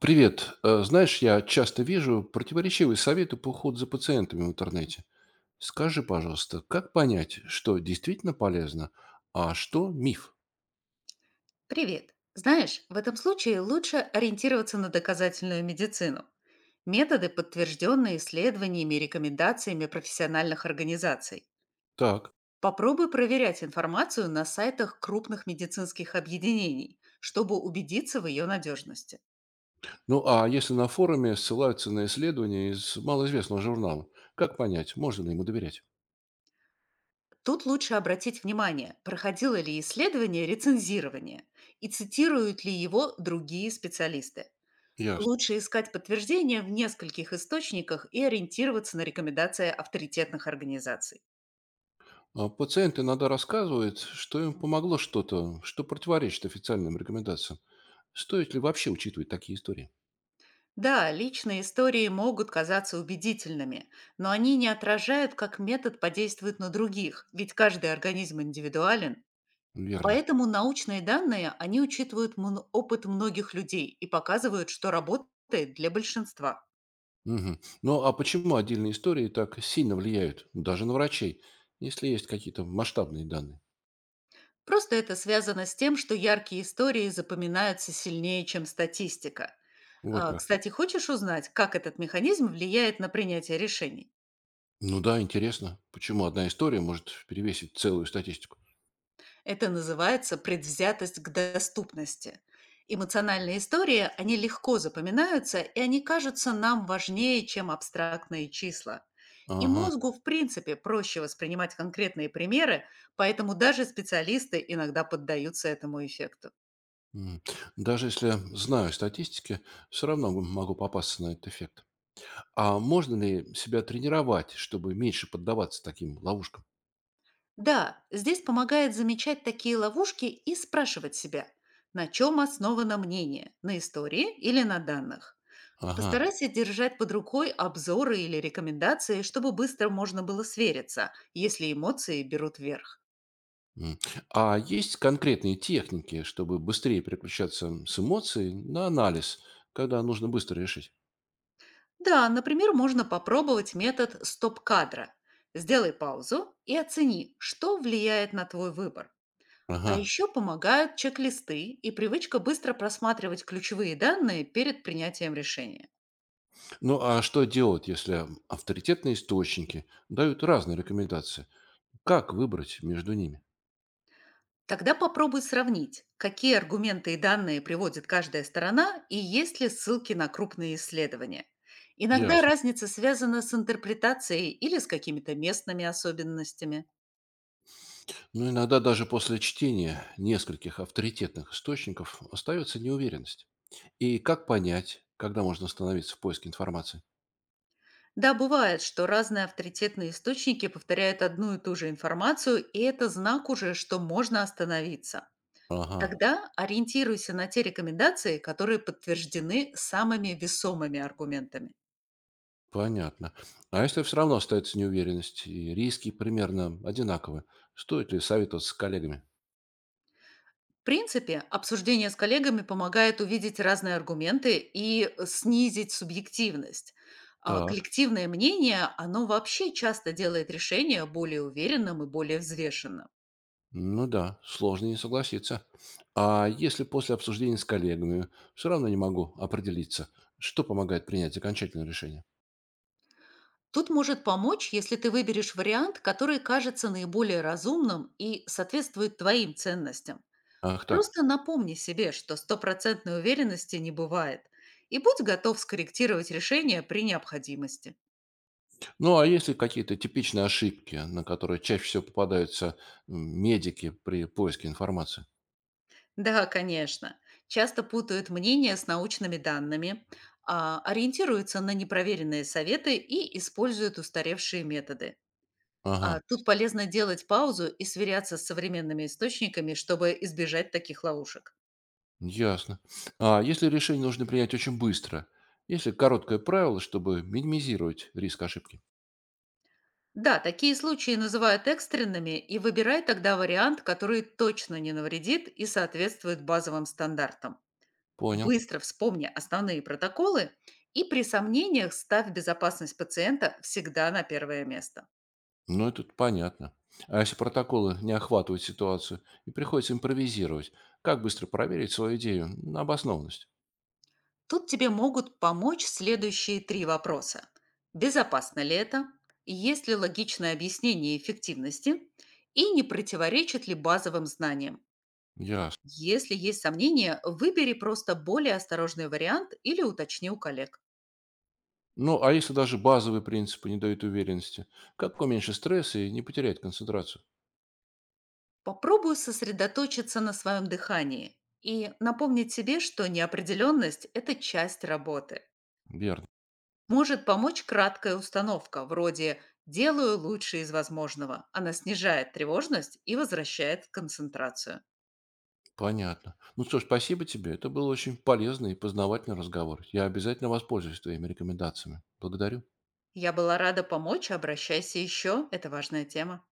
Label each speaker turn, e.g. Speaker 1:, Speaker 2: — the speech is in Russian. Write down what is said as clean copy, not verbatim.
Speaker 1: Привет. Знаешь, я часто вижу противоречивые советы по уходу за пациентами в интернете. Скажи, пожалуйста, как понять, что действительно полезно, а что миф?
Speaker 2: Привет. Знаешь, в этом случае лучше ориентироваться на доказательную медицину. Методы, подтвержденные исследованиями и рекомендациями профессиональных организаций.
Speaker 1: Так.
Speaker 2: Попробуй проверять информацию на сайтах крупных медицинских объединений, чтобы убедиться в ее надежности.
Speaker 1: Ну, а если на форуме ссылаются на исследования из малоизвестного журнала, как понять, можно ли ему доверять?
Speaker 2: Тут лучше обратить внимание, проходило ли исследование рецензирование и цитируют ли его другие специалисты.
Speaker 1: Ясно.
Speaker 2: Лучше искать подтверждения в нескольких источниках и ориентироваться на рекомендации авторитетных организаций.
Speaker 1: А пациент иногда рассказывает, что им помогло что-то, что противоречит официальным рекомендациям. Стоит ли вообще учитывать такие истории?
Speaker 2: Да, личные истории могут казаться убедительными, но они не отражают, как метод подействует на других, ведь каждый организм индивидуален.
Speaker 1: Верно.
Speaker 2: Поэтому научные данные, они учитывают опыт многих людей и показывают, что работает для большинства.
Speaker 1: Мгм. Ну, а почему отдельные истории так сильно влияют даже на врачей, если есть какие-то масштабные данные?
Speaker 2: Просто это связано с тем, что яркие истории запоминаются сильнее, чем статистика.
Speaker 1: Вот как.
Speaker 2: Кстати, хочешь узнать, как этот механизм влияет на принятие решений?
Speaker 1: Ну да, интересно, почему одна история может перевесить целую статистику?
Speaker 2: Это называется предвзятость к доступности. Эмоциональные истории, они легко запоминаются, и они кажутся нам важнее, чем абстрактные числа. И
Speaker 1: Ага.
Speaker 2: мозгу, в принципе, проще воспринимать конкретные примеры, поэтому даже специалисты иногда поддаются этому эффекту.
Speaker 1: М. Даже если знаю статистики, все равно могу попасться на этот эффект. А можно ли себя тренировать, чтобы меньше поддаваться таким ловушкам?
Speaker 2: Да, здесь помогает замечать такие ловушки и спрашивать себя, на чем основано мнение, на истории или на данных.
Speaker 1: Ага.
Speaker 2: Постарайся держать под рукой обзоры или рекомендации, чтобы быстро можно было свериться, если эмоции берут верх.
Speaker 1: М. А есть конкретные техники, чтобы быстрее переключаться с эмоций на анализ, когда нужно быстро решить?
Speaker 2: Да, например, можно попробовать метод стоп-кадра. Сделай паузу и оцени, что влияет на твой выбор. А
Speaker 1: Ага.
Speaker 2: еще помогают чек-листы и привычка быстро просматривать ключевые данные перед принятием решения.
Speaker 1: Ну а что делать, если авторитетные источники дают разные рекомендации? Как выбрать между ними?
Speaker 2: Тогда попробуй сравнить, какие аргументы и данные приводит каждая сторона и есть ли ссылки на крупные исследования. Иногда
Speaker 1: Ясно.
Speaker 2: разница связана с интерпретацией или с какими-то местными особенностями.
Speaker 1: Но иногда даже после чтения нескольких авторитетных источников остается неуверенность. И как понять, когда можно остановиться в поиске информации?
Speaker 2: Да, бывает, что разные авторитетные источники повторяют одну и ту же информацию, и это знак уже, что можно остановиться.
Speaker 1: Ага,
Speaker 2: Тогда ориентируйся на те рекомендации, которые подтверждены самыми весомыми аргументами.
Speaker 1: понятно. А если все равно остается неуверенность и риски примерно одинаковы, стоит ли советоваться с коллегами?
Speaker 2: В принципе, обсуждение с коллегами помогает увидеть разные аргументы и снизить субъективность.
Speaker 1: Так.
Speaker 2: Коллективное мнение, оно вообще часто делает решение более уверенным и более взвешенным.
Speaker 1: Ну да, сложно не согласиться. А если после обсуждения с коллегами все равно не могу определиться, что помогает принять окончательное решение?
Speaker 2: Тут может помочь, если ты выберешь вариант, который кажется наиболее разумным и соответствует твоим ценностям.
Speaker 1: Ах так.
Speaker 2: Просто напомни себе, что стопроцентной уверенности не бывает, и будь готов скорректировать решение при необходимости.
Speaker 1: Ну а если какие-то типичные ошибки, на которые чаще всего попадаются медики при поиске информации?
Speaker 2: Да, конечно. Часто путают мнения с научными данными, ориентируются на непроверенные советы и используют устаревшие методы.
Speaker 1: Ага,
Speaker 2: А тут полезно делать паузу и сверяться с современными источниками, чтобы избежать таких ловушек.
Speaker 1: ясно. А если решение нужно принять очень быстро? Если короткое правило, чтобы минимизировать риск ошибки?
Speaker 2: Да, такие случаи называют экстренными и выбирай тогда вариант, который точно не навредит и соответствует базовым стандартам.
Speaker 1: Понял.
Speaker 2: Быстро вспомни основные протоколы и при сомнениях ставь безопасность пациента всегда на первое место.
Speaker 1: Ну, это понятно. А если протоколы не охватывают ситуацию и приходится импровизировать, как быстро проверить свою идею на обоснованность?
Speaker 2: Тут тебе могут помочь следующие три вопроса. Безопасно ли это? Есть ли логичное объяснение эффективности? И не противоречит ли базовым знаниям?
Speaker 1: Ясно.
Speaker 2: Если есть сомнения, выбери просто более осторожный вариант или уточни у коллег.
Speaker 1: Ну, а если даже базовые принципы не дают уверенности, как уменьшить стресс и не потерять концентрацию?
Speaker 2: Попробуй сосредоточиться на своем дыхании и напомнить себе, что неопределенность– это часть работы.
Speaker 1: Верно.
Speaker 2: Может помочь краткая установка, вроде «делаю лучшее из возможного». Она снижает тревожность и возвращает концентрацию.
Speaker 1: Понятно. Ну что ж, спасибо тебе. Это был очень полезный и познавательный разговор. Я обязательно воспользуюсь твоими рекомендациями. Благодарю.
Speaker 2: Я была рада помочь, обращайся еще, это важная тема.